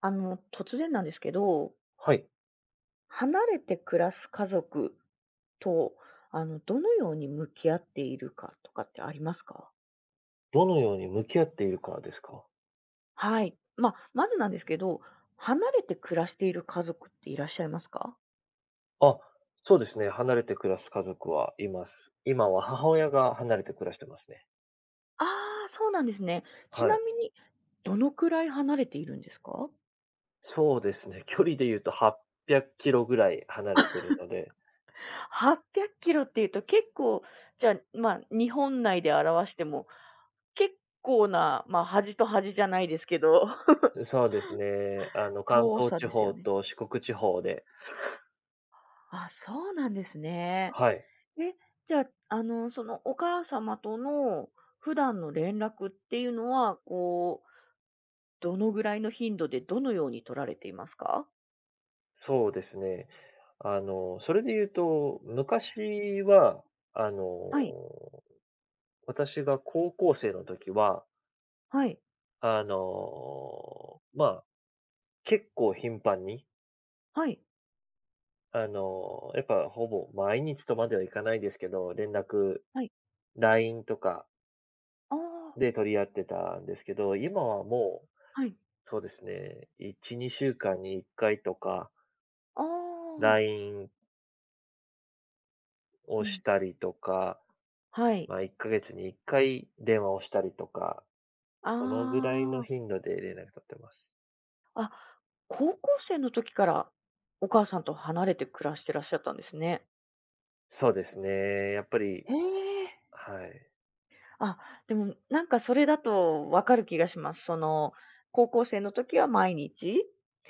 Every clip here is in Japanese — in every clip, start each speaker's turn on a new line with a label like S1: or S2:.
S1: あの、突然なんですけど、
S2: はい。
S1: 離れて暮らす家族と、あの、どのように向き合っているかとかってありますか？
S2: どのように向き合っているかですか？
S1: はい。まあ、まずなんですけど、離れて暮らしている家族っていらっしゃいますか？
S2: あ、そうですね、離れて暮らす家族はいます。今は母親が離れて暮らしてますね。
S1: ああー、そうなんですね。ち
S2: は
S1: な
S2: い。
S1: みに、どのくらい離れているんですか
S2: そうですね、距離で言うと800キロぐらい離れてるので、
S1: ？800キロっていうと結構、じゃあ、まあ、日本内で表しても、結構な、ま、あ端と端じゃないですけど、
S2: そうですね、関
S1: 遠
S2: 東
S1: さ
S2: 地
S1: ですよ
S2: 方
S1: ね。
S2: と四国地方で
S1: あ、そうなんですね。
S2: はい、
S1: え、じゃあ、あの、そのお母様との普段の連絡っていうのは、こう、どのぐらいの頻度でどのように取られていますか？
S2: そうですね。それで言うと、昔は、あの、
S1: はい、
S2: 私が高校生の時は、
S1: はい、
S2: あの、ま結構頻繁に、
S1: はい、
S2: やっぱほぼ毎日とまではいかないですけど、連絡、
S1: はい。
S2: LINE とか
S1: ああ、
S2: で取り合ってたんですけど、今はもう、
S1: はい。
S2: そうですね、1、2週間に1回とか、
S1: ああ、
S2: LINE
S1: う
S2: をし
S1: ん、
S2: たりとか、
S1: はい。
S2: まあ、1ヶ月に1回電話をしたりとか、そのぐらいの
S1: あ
S2: 頻度で連絡取ってます。
S1: あ、あ、高校生の時からお母さんと離れて暮らしてらっしゃったんですね。
S2: そうですね、やっぱり、
S1: へえ。
S2: はい。
S1: あ、でもなんかそれだと分かる気がします。その、高校生の時は毎日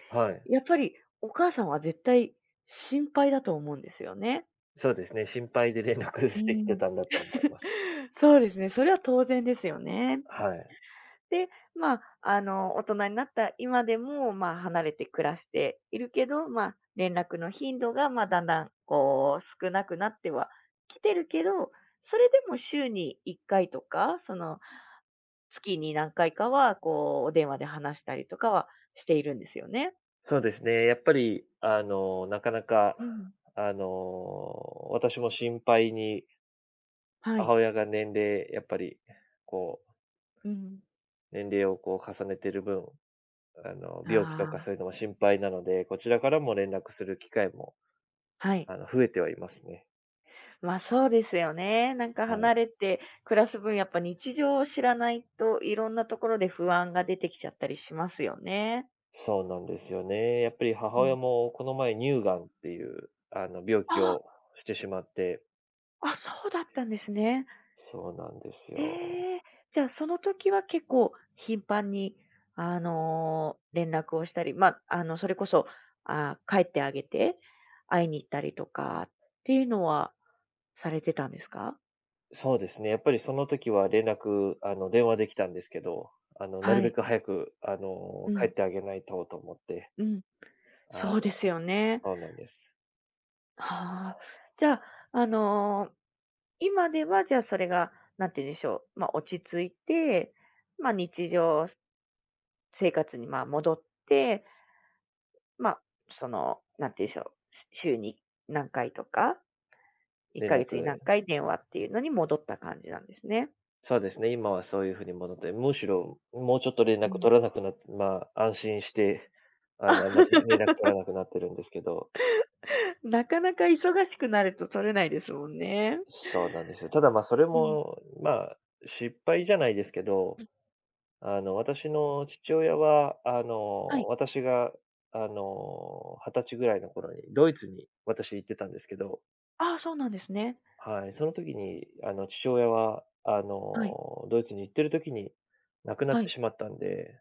S2: はい。
S1: やっぱりお母さんは絶対心配だと思うんですよね。
S2: そうですね、心配で連絡
S1: う
S2: してきて
S1: ん。
S2: たんだと思います。
S1: そうですね、それは当然ですよね。
S2: はい。
S1: で、まあ、あの、大人になった今でも、まあ、離れて暮らしているけど、まあ、連絡の頻度が、まあ、だんだん、こう、少なくなってはきてるけど、それでも週に1回とか、その、月に何回かは、こう、お電話で話したりとかはしているんですよね。
S2: そうですね、やっぱり、あの、なかなか、
S1: うん。
S2: あの、私も心配に、
S1: はい。
S2: 母親が年齢やっぱり、こう、
S1: うん。
S2: 年齢をこう重ねてる分、あの、病気と
S1: あ
S2: かそ
S1: あ、
S2: ういうのも心配なので、こちらからも連絡する機会も、
S1: はい。
S2: 増えてはいますね。
S1: ま、あ、そうですよね。なんか
S2: は
S1: 離
S2: い。
S1: れて暮らす分、やっぱ日常を知らないと、いろんなところで不安が出てきちゃったりしますよね。
S2: そうなんですよね。やっぱり母
S1: う
S2: 親
S1: ん。
S2: もこの前乳がんっていう、あの、病気
S1: あ
S2: をしてしまって、
S1: あ、あ、そうだったんですね。
S2: そうなんですよ。
S1: ええ、じゃあその時は結構頻繁に、あの、連絡をしたり、まあ、あの、それこそ、帰ってあげて、会いに行ったりとかっていうのはされてたんですか？
S2: そうですね、やっぱりその時は連絡、あの、電話できたんですけど、な
S1: は
S2: るべ
S1: い。
S2: く早く、
S1: う
S2: 帰っ
S1: ん、
S2: てあげないとと思って、
S1: うん。
S2: あの
S1: そうですよね。
S2: そうなんです。
S1: はあ。じゃあ、あのー今では、じゃあ、それが、なんて言うんでしょう、まあ、落ち着いて、まあ、日常生活に、ま、戻って、まあ、その、なんて言うんでしょう、し週に何回とか、1
S2: 連
S1: か月に何
S2: 絡
S1: 回電話っていうのに戻った感じなんですね。
S2: そうですね、今はそういうふうに戻って、むしろ、もうちょっと連
S1: う
S2: 絡
S1: ん。
S2: 取らなくなってまあ、安心して、あんま り連絡取らなくなってるんですけど、
S1: なかなか忙しくなると取れないですもんね。
S2: そうなんですよ。ただ、まあ、それも、まあ、失敗じゃないですけど、
S1: うん、
S2: 私の父親は、あ
S1: は
S2: の、
S1: い。
S2: 私が、20歳ぐらいの頃にドイツに私行ってたんですけど、
S1: ああ、そうなんですね。
S2: はい、その時に、あの、父親は、
S1: はい。
S2: ドイツに行ってる時に亡くなっ
S1: は
S2: て
S1: い。
S2: しまったんで、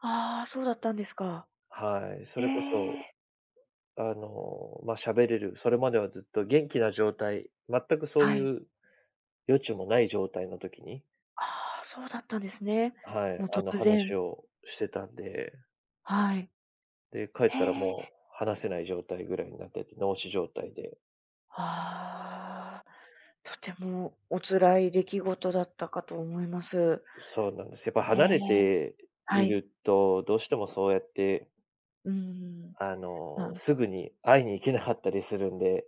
S1: ああ、そうだったんですか。
S2: はい、そ
S1: え
S2: れこそ、
S1: え。
S2: まあ、喋れる、それまではずっと元気な状態、全くそう
S1: はい。
S2: いう余地もない状態の時に、
S1: ああ、そうだったんですね。
S2: はい、
S1: もう突然、
S2: 話をしてたんで
S1: はい。
S2: で、帰っ
S1: へ
S2: たら
S1: え、
S2: もう話せない状態ぐらいになってて、脳死状態で。
S1: ああ、とてもお辛い出来事だったかと思います。
S2: そうなんです。やっぱ
S1: へ
S2: 離
S1: え、
S2: れて
S1: は
S2: い
S1: い。
S2: ると、どうしてもそうやって、
S1: うん。まあ、
S2: すぐに会いに行けなかったりするんで、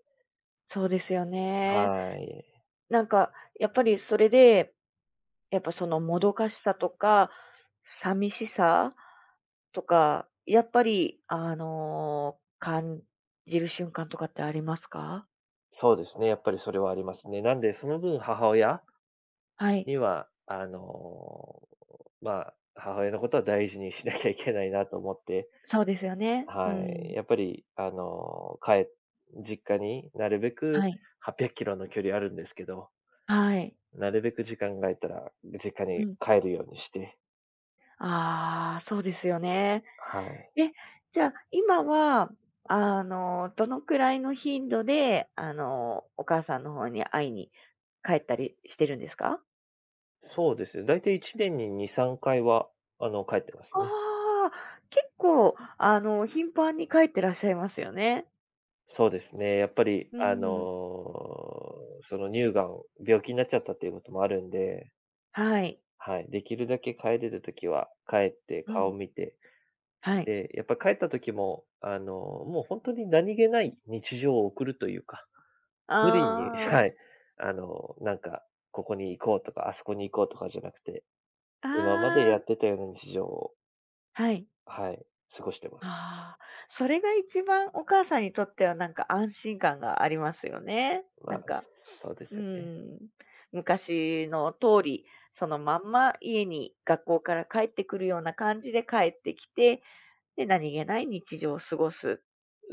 S1: そうですよね。
S2: はい。
S1: なんかやっぱりそれで、やっぱそのもどかしさとか、寂しさとか、やっぱりあの、感じる瞬間とかってありますか？
S2: そうですね、やっぱりそれはありますね。なんで、その分母親
S1: はい、
S2: には、あの、まあ、母親のことは大事にしなきゃいけないなと思って、
S1: そうですよね。う
S2: はい。
S1: ん。
S2: やっぱり、実家になるべく
S1: はい。
S2: 800キロの距離あるんですけど
S1: はい。
S2: なるべく時間が空いたら、実家
S1: う
S2: に
S1: ん。
S2: 帰るようにして。
S1: ああ、そうですよね。
S2: はい。
S1: え、じゃあ、今は、あの、どのくらいの頻度で、あの、お母さんの方に会いに帰ったりしてるんですか？
S2: そうですね、だいたい1年に2、3回は、帰ってますね。
S1: ああ、結構、あの、頻繁に帰ってらっしゃいますよね。
S2: そうですね、やっぱり、
S1: うん。
S2: その乳がん、病気になっちゃったっていうこともあるんで、
S1: はい。
S2: はい、できるだけ帰れるときは帰って
S1: うん。
S2: 顔見て、
S1: はい。
S2: で、やっぱ帰った時も、もう本当に何気ない日常を送るというか、無理に
S1: あ
S2: はい、あの、なんか、ここに行こうとか、あそこに行こうとかじゃなくて
S1: あ、
S2: 今まで
S1: あ
S2: や
S1: あ、
S2: ってたような日常を、
S1: はい。
S2: はい、過ごしてます。
S1: ああ、それが一番お母さんにとってはなんか安心感がありますよね。
S2: ま
S1: なん
S2: あ、
S1: か、
S2: そうです
S1: う
S2: よね。
S1: ん、昔の通り、そのまんま家に学校から帰ってくるような感じで帰ってきて、で、何気ない日常を過ごす。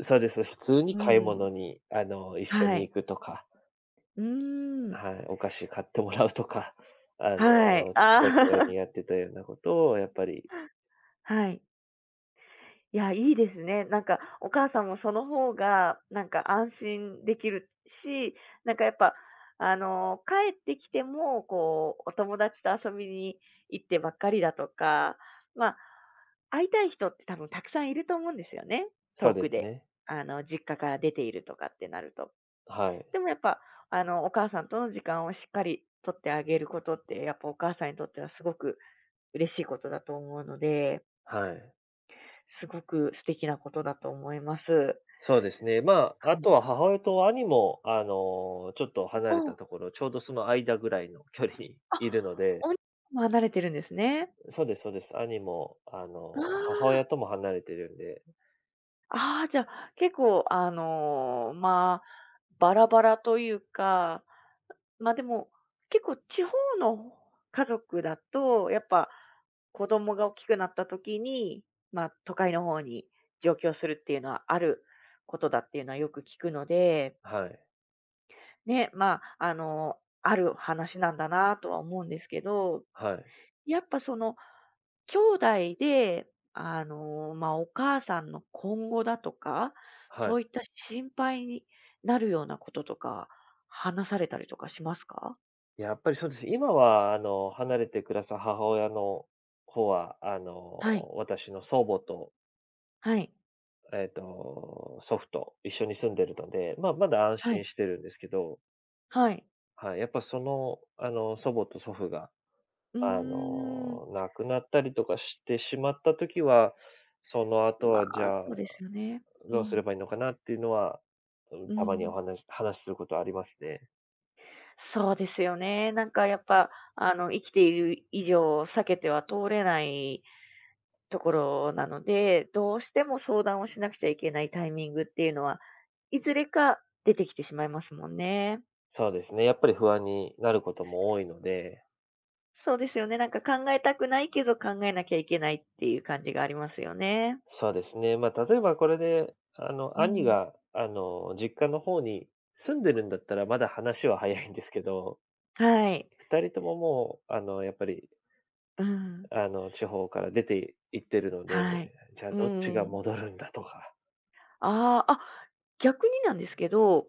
S2: そうです。普通に
S1: う
S2: 買い
S1: ん。
S2: 物に、一緒
S1: は
S2: に
S1: い。
S2: 行くとか、
S1: うーん。
S2: はい、お菓子買ってもらうとか、あ
S1: はい。
S2: の、ちっい頃
S1: ああ、
S2: にやってたようなことをやっぱり
S1: はい。いや、いいですね。なんか、お母さんもその方が、なんか安心できるし、なんかやっぱ、あの、帰ってきても、こう、お友達と遊びに行ってばっかりだとか、まあ、会いたい人って多分たくさんいると思うんですよね。
S2: そ
S1: 遠
S2: うで
S1: く
S2: す
S1: で。
S2: ね。
S1: あの、実家から出ているとかってなると。
S2: はい。
S1: でもやっぱ、あの、お母さんとの時間をしっかりとってあげることって、やっぱお母さんにとってはすごく嬉しいことだと思うので、
S2: はい。
S1: すごく素敵なことだと思います。
S2: そうですね。まあ、あ
S1: は
S2: とは母親と兄も、ちょっと離れた
S1: う
S2: ところ、ちょうどその間ぐらいの距離に
S1: あ、
S2: いるので、
S1: お兄さんも離れてるんですね。
S2: そうですそうです。兄も、
S1: あ
S2: 母
S1: あ。
S2: 親とも離れてるんで、
S1: ああ、じゃあ、結構あの、まあ、バラバラというか、ま、でも、結構地方の家族だと、やっぱ子供が大きくなった時に、ま、都会の方に上京するっていうのはあることだっていうのはよく聞くので、
S2: はい。
S1: ね、まあ、あの、ある話なんだなとは思うんですけど、
S2: はい、
S1: やっぱその、兄弟で、あの、まあ、お母さんの今後だとか、
S2: は
S1: そ
S2: い。
S1: ういった心配になるようなこととか、話されたりとかしますか？
S2: やっぱりそうです。今はあの、離れてくださる母親の方は、
S1: はい、
S2: 私の祖母と、
S1: はい、
S2: えっと、祖父と一緒に住んでるので、まあ、まだ安
S1: は
S2: 心
S1: い、
S2: してるんですけど、
S1: はい。
S2: はい、やっぱその、祖母と祖父が、
S1: うーん。
S2: 亡くなったりとかしてしまった時は、その後
S1: ま
S2: はじ
S1: あ、
S2: ゃあ、
S1: そうですよね。う
S2: どうす
S1: ん、
S2: ればいいのかなっていうのは、うん、
S1: う
S2: たまにお
S1: ん。
S2: 話話することありますね。
S1: そうですよね。なんかやっぱ、あの、生きている以上、避けては通れないところなので、どうしても相談をしなくちゃいけないタイミングっていうのは、いずれか出てきてしまいますもんね。
S2: そうですね、やっぱり不安になることも多いので
S1: そうですよね。なんか考えたくないけど考えなきゃいけないっていう感じがありますよね。
S2: そうですね。まあ、例えばこれで、あの、
S1: う
S2: 兄
S1: ん。
S2: が、実家の方に住んでるんだったら、まだ話は早いんですけど、
S1: はい。
S2: 二人とももう、あの、やっぱり、
S1: うん。
S2: 地方から出て行ってるので、
S1: はい。
S2: じゃあ
S1: う
S2: どっち
S1: ー
S2: が
S1: ん。
S2: 戻るんだとか。
S1: ああ、あ、逆になんですけど、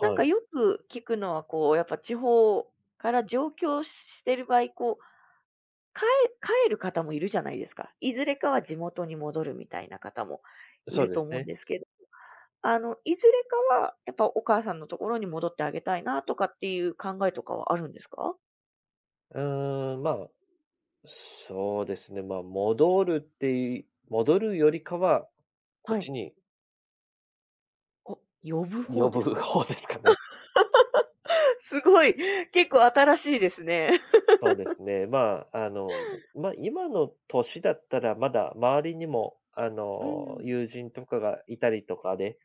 S1: なんか
S2: い。
S1: よく聞くのはこう、やっぱ地方から上京してる場合、こう帰帰る方もいるじゃないですか。いずれかは地元に戻るみたいな方もい
S2: そう
S1: る
S2: で
S1: と
S2: す
S1: 思うん
S2: ね。
S1: ですけど、あの、いずれかはやっぱお母さんのところに戻ってあげたいなとかっていう考えとかはあるんですか？
S2: まあ、そうですね。まあ、戻るってい戻るよりかは、こ
S1: は
S2: っち
S1: い。
S2: に
S1: お、呼ぶ方
S2: 呼
S1: です
S2: ぶ
S1: か？
S2: 方ですかね。
S1: すごい、結構新しいですね。
S2: そうですね。まあ、あの、まあ、今の年だったらまだ周りにも、
S1: うん。
S2: 友人とかがいたりとかで、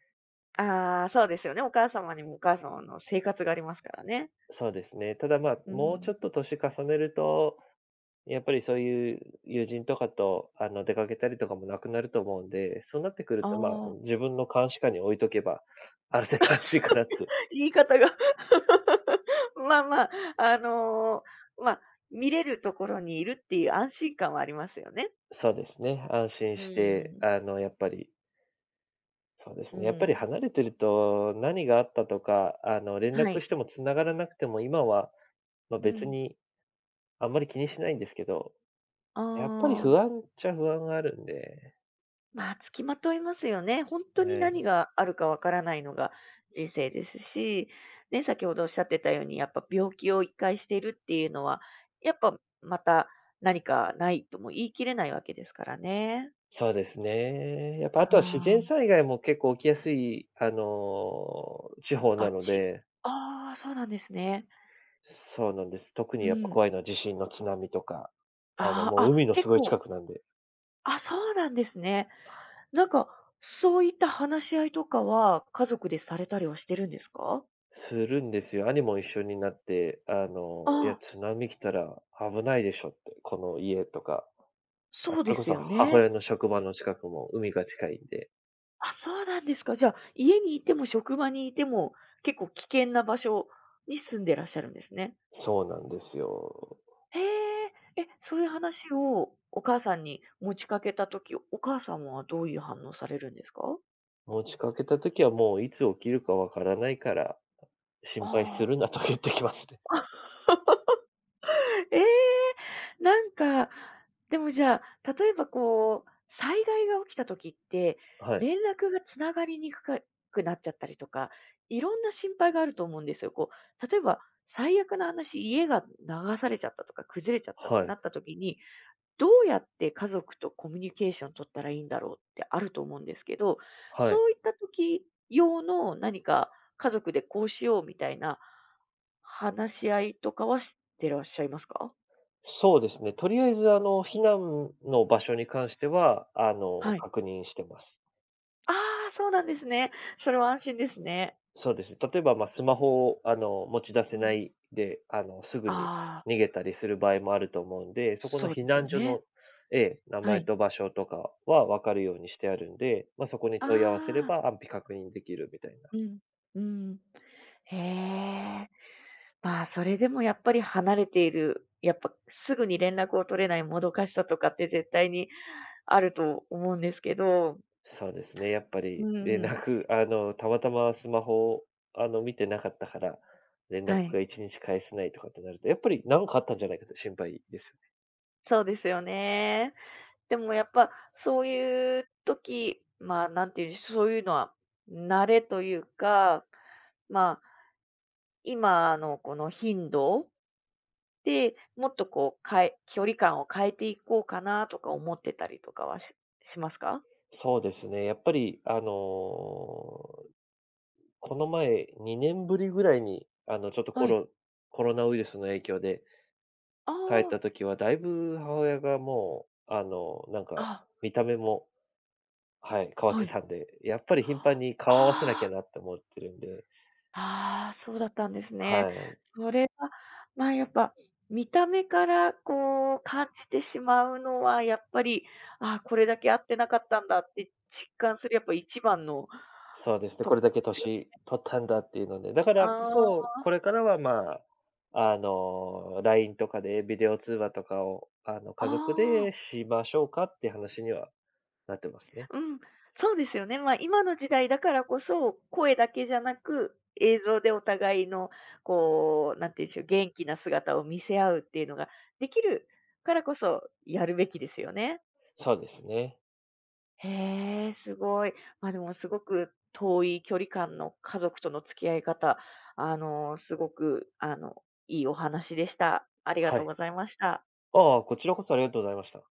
S1: ああ、そうですよね。お母様にもお母様の生活がありますからね。
S2: そうですね。ただ、まあ、
S1: う
S2: もうちょ
S1: ん。
S2: っと年重ねると、やっぱりそういう友人とかと、出かけたりとかもなくなると思うんで、そうなってくる
S1: あ
S2: と、まあ、
S1: あ。
S2: 自分の監視下に置いとけば、ある程度安心かなって。
S1: 言い方が まあまあ、あの、まあ、見れるところにいるっていう安心感はありますよね。
S2: そうですね、安心
S1: う
S2: して、
S1: ん、
S2: あの、やっぱり、そうです
S1: う
S2: ね、やっぱり
S1: ん。
S2: 離れてると、何があったとか、連
S1: は
S2: 絡
S1: い。
S2: しても繋がらなくても、今はまあ、
S1: う
S2: 別
S1: ん。
S2: にあんまり気にしないんですけど、
S1: あ
S2: やっぱり
S1: あ、
S2: 不安っちゃ不安があるんで、
S1: まあ、つきまといますよね。本当
S2: え
S1: に何
S2: え、
S1: があるかわからないのが人生ですし、ね、先ほどおっしゃってたように、やっぱ病気を一回しているっていうのは、やっぱまた何かないとも言い切れないわけですからね。
S2: そうですね。やっぱあとは自然
S1: あ
S2: 災害も結構起きやすい、地方
S1: あ。
S2: な
S1: あ、
S2: ので、
S1: ああ、そうなんですね。
S2: そうなんです。特に
S1: う
S2: やっぱ
S1: ん。
S2: 怖いのは地震の津波とか、
S1: ああ、
S2: もう
S1: あ、
S2: 海のす
S1: 結
S2: ごい
S1: 構、
S2: 近くなんで。
S1: あ、そうなんですね。なんか、そういった話し合いとかは、家族でされたりはしてるんですか？
S2: するんですよ。兄も一緒になって、
S1: あ
S2: いや
S1: あ、
S2: 津波来たら危ないでしょって、この家とか、あ、
S1: そ
S2: そ
S1: うで
S2: れこ
S1: す
S2: そ
S1: よ
S2: 母
S1: ね。
S2: 親の職場の近くも海が近いんで。
S1: あ、そうなんですか。じゃあ、家にいても職場にいても、結構危険な場所に住んでらっしゃるんですね。
S2: そうなんですよ。
S1: へえ。え、そういう話をお母さんに持ちかけた時、お母さんはどういう反応されるんですか？
S2: 持ちかけた時はもういつ起きるかわからないから、心配す
S1: ああ
S2: る
S1: ー。
S2: なと言ってきますね。
S1: ええ、なんか、でもじゃあ、例えばこう、災害が起きた時って、
S2: はい。
S1: 連絡がつながりにくくなっちゃったりとか、いろんな心配があると思うんですよ。こう、例えば、最悪な話、家が流されちゃったとか、崩れちゃったって
S2: はい。
S1: なった時に、どうやって家族とコミュニケーション取ったらいいんだろうってあると思うんですけど、
S2: はい。
S1: そういった時用の何か家族でこうしようみたいな話し合いとかはしてらっしゃいますか？
S2: そうですね。とりあえずあの、避難の場所に関しては、
S1: はい。
S2: 確認してます。
S1: ああ、そうなんですね。それは安心ですね。
S2: そうです。例えば、まあ、スマホを持ち出
S1: う
S2: せな
S1: ん。
S2: いで、すぐに
S1: ああ、
S2: 逃げたりする場合もあると思うんで、そこの
S1: そうで
S2: 避
S1: すよ
S2: 難所
S1: ね。
S2: のええ、名
S1: は
S2: 前
S1: い。
S2: と場所とかは分かるようにしてあるんで、まあ、そこに
S1: あ
S2: 問い合わせれ
S1: あ。
S2: ば安否確認できるみたいな。
S1: うん。うん。へえ。まあ、それでもやっぱり離れている、やっぱすぐに連絡を取れないもどかしさとかって絶対にあると思うんですけど。
S2: そうですね、やっぱ
S1: う
S2: り
S1: ん
S2: 連
S1: うん。
S2: 絡あの、たまたまスマホを、見てなかったから、連絡
S1: はい。
S2: が1日返せないとかってなると、やっぱり何かあったんじゃないかと心配ですよね。
S1: そうですよね。でもやっぱそういう時、まあ、なんていうんでしょう、そういうのは慣れというか、まあ今のこの頻度で、もっとこう、距離感を変えていこうかなとか思ってたりとかはしますか？
S2: そうですね、やっぱり、あの、この前2年ぶりぐらいに、ちょっと
S1: はい。
S2: コロナウイルスの影響で
S1: あ
S2: 帰った
S1: あ、
S2: 時は、だいぶ母親がもう、
S1: あ、
S2: 見た目もはい、変わっ
S1: は
S2: て
S1: い。
S2: たんで、やっぱり頻繁に顔合わせなきゃ
S1: あ
S2: なって思ってるんで、
S1: あ、ああ、そうだったんですね。
S2: はい。
S1: それは、まあ、やっぱ見た目からこう感じてしまうのはやっぱり、ああ、これだけ合ってなかったんだって実感するやっぱ一番の
S2: そうですね、
S1: と
S2: こ
S1: こ
S2: れ
S1: で
S2: だけ
S1: すよね。
S2: 年取ったんだっていうので、だからこ
S1: あ
S2: そ、
S1: あ、
S2: これからは、まあ、LINE とかでビデオ通話とかを、家族
S1: あ
S2: でしましょうかって話にはなってますね。
S1: うん、そうですよね。まあ、今の時代だからこそ、声だけじゃなく、映像でお互いの、こう、なんていうんでしょう、元気な姿を見せ合うっていうのができるからこそ、やるべきですよね。
S2: そうですね。
S1: へえ、すごい。まあ、でもすごく遠い距離感の家族との付き合い方、あの、すごく、あの、いいお話でした。ありが
S2: は
S1: とう
S2: い。
S1: ございました。
S2: ああ、こちらこそありがとうございました。